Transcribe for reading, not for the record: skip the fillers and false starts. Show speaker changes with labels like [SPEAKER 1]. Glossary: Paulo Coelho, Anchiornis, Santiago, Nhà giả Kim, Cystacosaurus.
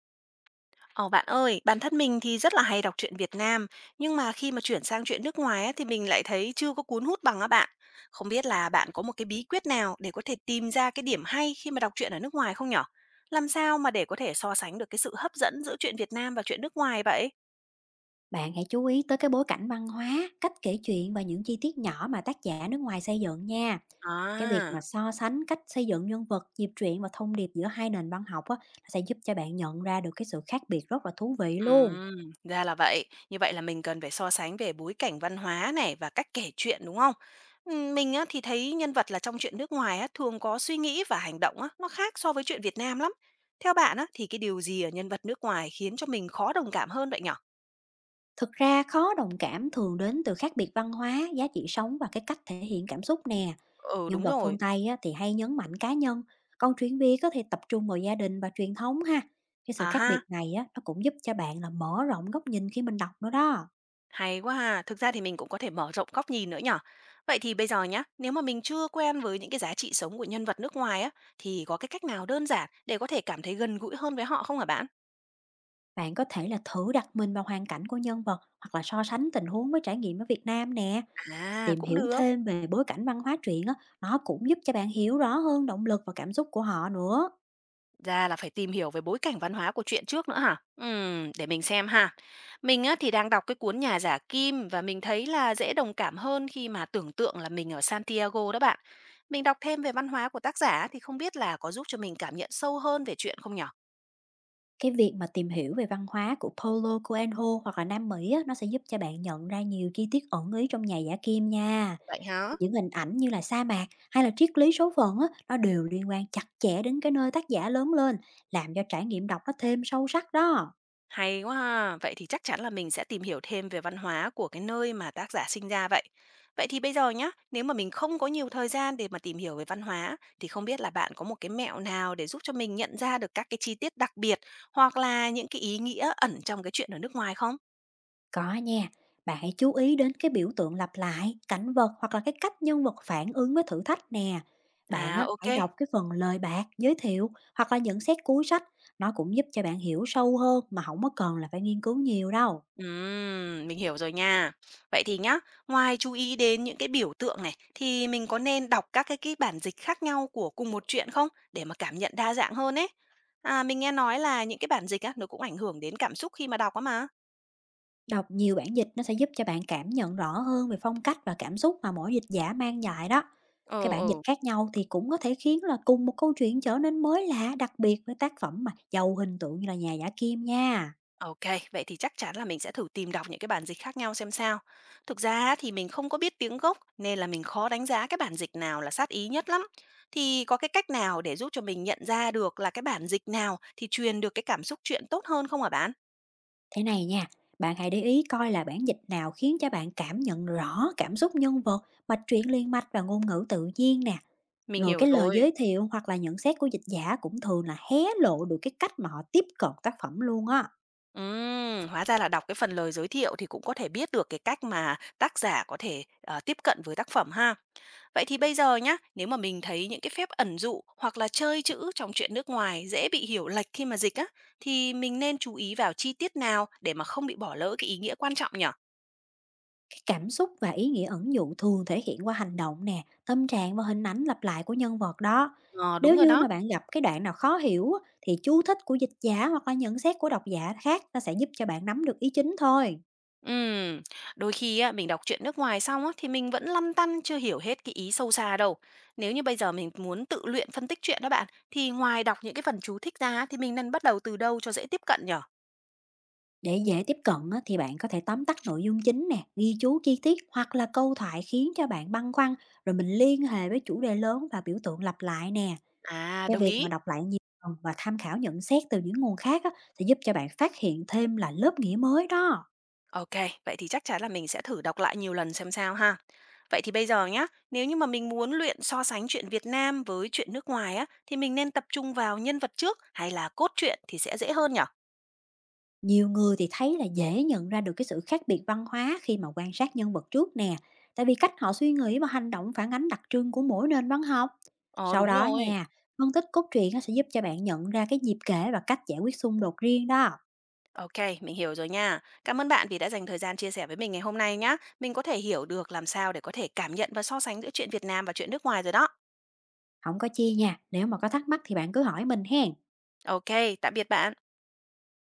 [SPEAKER 1] Ồ bạn ơi, bản thân mình thì rất là hay đọc truyện Việt Nam, nhưng mà khi mà chuyển sang truyện nước ngoài á, thì mình lại thấy chưa có cuốn hút bằng á bạn. Không biết là bạn có một cái bí quyết nào để có thể tìm ra cái điểm hay khi mà đọc truyện ở nước ngoài không nhở? Làm sao mà để có thể so sánh được cái sự hấp dẫn giữa truyện Việt Nam và truyện nước ngoài vậy?
[SPEAKER 2] Bạn hãy chú ý tới cái bối cảnh văn hóa, cách kể chuyện và những chi tiết nhỏ mà tác giả nước ngoài xây dựng nha. Cái việc mà
[SPEAKER 1] À.
[SPEAKER 2] so sánh cách xây dựng nhân vật, nhịp truyện và thông điệp giữa hai nền văn học á, nó sẽ giúp cho bạn nhận ra được cái sự khác biệt rất là thú vị luôn.
[SPEAKER 1] Ừm, Ra là vậy. Như vậy là mình cần phải so sánh về bối cảnh văn hóa này và cách kể chuyện, đúng không? Mình á, thì thấy nhân vật là trong chuyện nước ngoài á, thường có suy nghĩ và hành động á, nó khác so với chuyện Việt Nam lắm. Theo bạn á, thì cái điều gì ở nhân vật nước ngoài khiến cho mình khó đồng cảm hơn vậy nhở?
[SPEAKER 2] Thực ra khó đồng cảm thường đến từ khác biệt văn hóa, giá trị sống và cái cách thể hiện cảm xúc nè.
[SPEAKER 1] Ừ,
[SPEAKER 2] Nhân
[SPEAKER 1] đúng
[SPEAKER 2] vật
[SPEAKER 1] rồi.
[SPEAKER 2] phương Tây á, thì hay nhấn mạnh cá nhân, còn truyện Việt có thể tập trung vào gia đình và truyền thống ha. Cái sự
[SPEAKER 1] À
[SPEAKER 2] khác
[SPEAKER 1] ha,
[SPEAKER 2] biệt này á, nó cũng giúp cho bạn là mở rộng góc nhìn khi mình đọc nữa đó.
[SPEAKER 1] hay quá ha. Thực ra thì mình cũng có thể mở rộng góc nhìn nữa nhở. Vậy thì bây giờ nhá, nếu mà mình chưa quen với những cái giá trị sống của nhân vật nước ngoài á, thì có cái cách nào đơn giản để có thể cảm thấy gần gũi hơn với họ không hả bạn?
[SPEAKER 2] Bạn có thể là thử đặt mình vào hoàn cảnh của nhân vật hoặc là so sánh tình huống với trải nghiệm ở Việt Nam nè.
[SPEAKER 1] À,
[SPEAKER 2] Tìm
[SPEAKER 1] cũng
[SPEAKER 2] hiểu
[SPEAKER 1] được.
[SPEAKER 2] thêm về bối cảnh văn hóa truyện á, nó cũng giúp cho bạn hiểu rõ hơn động lực và cảm xúc của họ nữa.
[SPEAKER 1] Ra là phải tìm hiểu về bối cảnh văn hóa của truyện trước nữa hả? Để mình xem ha. Mình á, thì đang đọc cái cuốn Nhà giả Kim và mình thấy là dễ đồng cảm hơn khi mà tưởng tượng là mình ở Santiago đó bạn. Mình đọc thêm về văn hóa của tác giả thì không biết là có giúp cho mình cảm nhận sâu hơn về truyện không nhở?
[SPEAKER 2] Cái việc mà tìm hiểu về văn hóa của Paulo Coelho hoặc là Nam Mỹ á, nó sẽ giúp cho bạn nhận ra nhiều chi tiết ẩn ý trong nhà giả kim nha.
[SPEAKER 1] Vậy hả?
[SPEAKER 2] Những hình ảnh như là sa mạc hay là triết lý số phận á, nó đều liên quan chặt chẽ đến cái nơi tác giả lớn lên, làm cho trải nghiệm đọc nó thêm sâu sắc đó.
[SPEAKER 1] Hay quá ha! Vậy thì chắc chắn là mình sẽ tìm hiểu thêm về văn hóa của cái nơi mà tác giả sinh ra vậy. Vậy thì bây giờ nhá, nếu mà mình không có nhiều thời gian để mà tìm hiểu về văn hóa, thì không biết là bạn có một cái mẹo nào để giúp cho mình nhận ra được các cái chi tiết đặc biệt, hoặc là những cái ý nghĩa ẩn trong cái chuyện ở nước ngoài không?
[SPEAKER 2] Có nha, bạn hãy chú ý đến cái biểu tượng lặp lại, cảnh vật hoặc là cái cách nhân vật phản ứng với thử thách nè.
[SPEAKER 1] À,
[SPEAKER 2] Bạn á, hãy
[SPEAKER 1] ok.
[SPEAKER 2] đọc cái phần lời bạc, giới thiệu hoặc là nhận xét cuối sách. Nó cũng giúp cho bạn hiểu sâu hơn mà không có cần là phải nghiên cứu nhiều đâu.
[SPEAKER 1] Mình hiểu rồi nha. Vậy thì nhá, ngoài chú ý đến những cái biểu tượng này, thì mình có nên đọc các cái bản dịch khác nhau của cùng một chuyện không? Để mà cảm nhận đa dạng hơn ấy. À, mình nghe nói là những cái bản dịch á, nó cũng ảnh hưởng đến cảm xúc khi mà đọc á mà.
[SPEAKER 2] Đọc nhiều bản dịch nó sẽ giúp cho bạn cảm nhận rõ hơn về phong cách và cảm xúc mà mỗi dịch giả mang lại đó. Cái
[SPEAKER 1] Ờ
[SPEAKER 2] bản dịch
[SPEAKER 1] ừ.
[SPEAKER 2] khác nhau thì cũng có thể khiến là cùng một câu chuyện trở nên mới lạ, đặc biệt với tác phẩm mà giàu hình tượng như là nhà giả kim nha.
[SPEAKER 1] OK, vậy thì chắc chắn là mình sẽ thử tìm đọc những cái bản dịch khác nhau xem sao. Thực ra á thì mình không có biết tiếng gốc nên là mình khó đánh giá cái bản dịch nào là sát ý nhất lắm. Thì có cái cách nào để giúp cho mình nhận ra được là cái bản dịch nào thì truyền được cái cảm xúc truyện tốt hơn không hả bạn?
[SPEAKER 2] Thế này nha, bạn hãy để ý coi là bản dịch nào khiến cho bạn cảm nhận rõ cảm xúc nhân vật, mạch truyện liên mạch và ngôn ngữ tự nhiên nè.
[SPEAKER 1] Mình
[SPEAKER 2] Rồi
[SPEAKER 1] hiểu
[SPEAKER 2] cái lời
[SPEAKER 1] rồi.
[SPEAKER 2] giới thiệu hoặc là nhận xét của dịch giả cũng thường là hé lộ được cái cách mà họ tiếp cận tác phẩm luôn á.
[SPEAKER 1] Hóa ra là đọc cái phần lời giới thiệu thì cũng có thể biết được cái cách mà tác giả có thể, tiếp cận với tác phẩm ha. Vậy thì bây giờ nhá, nếu mà mình thấy những cái phép ẩn dụ hoặc là chơi chữ trong truyện nước ngoài dễ bị hiểu lệch khi mà dịch á, thì mình nên chú ý vào chi tiết nào để mà không bị bỏ lỡ cái ý nghĩa quan trọng nhỉ?
[SPEAKER 2] Cái cảm xúc và ý nghĩa ẩn dụ thường thể hiện qua hành động nè, tâm trạng và hình ảnh lặp lại của nhân vật đó.
[SPEAKER 1] Ờ, đúng
[SPEAKER 2] Nếu
[SPEAKER 1] rồi
[SPEAKER 2] như
[SPEAKER 1] đó.
[SPEAKER 2] mà bạn gặp cái đoạn nào khó hiểu á, thì chú thích của dịch giả hoặc là nhận xét của độc giả khác nó sẽ giúp cho bạn nắm được ý chính thôi.
[SPEAKER 1] Ừm, Đôi khi á, mình đọc truyện nước ngoài xong á, thì mình vẫn lăn tăn chưa hiểu hết cái ý sâu xa đâu. Nếu như bây giờ mình muốn tự luyện phân tích truyện đó bạn, thì ngoài đọc những cái phần chú thích ra á, thì mình nên bắt đầu từ đâu cho dễ tiếp cận nhở?
[SPEAKER 2] Để dễ tiếp cận á, thì bạn có thể tóm tắt nội dung chính nè, ghi chú chi tiết hoặc là câu thoại khiến cho bạn băn khoăn, rồi mình liên hệ với chủ đề lớn và biểu tượng lặp lại nè.
[SPEAKER 1] À,
[SPEAKER 2] Cái
[SPEAKER 1] đồng
[SPEAKER 2] việc mà
[SPEAKER 1] ý.
[SPEAKER 2] đọc lại nhiều lần và tham khảo nhận xét từ những nguồn khác á, sẽ giúp cho bạn phát hiện thêm là lớp nghĩa mới đó.
[SPEAKER 1] Ok, vậy thì chắc chắn là mình sẽ thử đọc lại nhiều lần xem sao ha. Vậy thì bây giờ nhá, nếu như mà mình muốn luyện so sánh truyện Việt Nam với truyện nước ngoài á, thì mình nên tập trung vào nhân vật trước hay là cốt truyện thì sẽ dễ hơn nhở?
[SPEAKER 2] Nhiều người thì thấy là dễ nhận ra được cái sự khác biệt văn hóa khi mà quan sát nhân vật trước nè, tại vì cách họ suy nghĩ và hành động phản ánh đặc trưng của mỗi nền văn học.
[SPEAKER 1] Ờ,
[SPEAKER 2] Sau
[SPEAKER 1] đúng
[SPEAKER 2] đó
[SPEAKER 1] rồi.
[SPEAKER 2] nha, phân tích cốt truyện nó sẽ giúp cho bạn nhận ra cái dịp kể và cách giải quyết xung đột riêng đó.
[SPEAKER 1] OK, mình hiểu rồi nha. Cảm ơn bạn vì đã dành thời gian chia sẻ với mình ngày hôm nay nhá. Mình có thể hiểu được làm sao để có thể cảm nhận và so sánh giữa chuyện Việt Nam và chuyện nước ngoài rồi đó.
[SPEAKER 2] Không có chi nha, nếu mà có thắc mắc thì bạn cứ hỏi mình hen.
[SPEAKER 1] OK, tạm biệt bạn.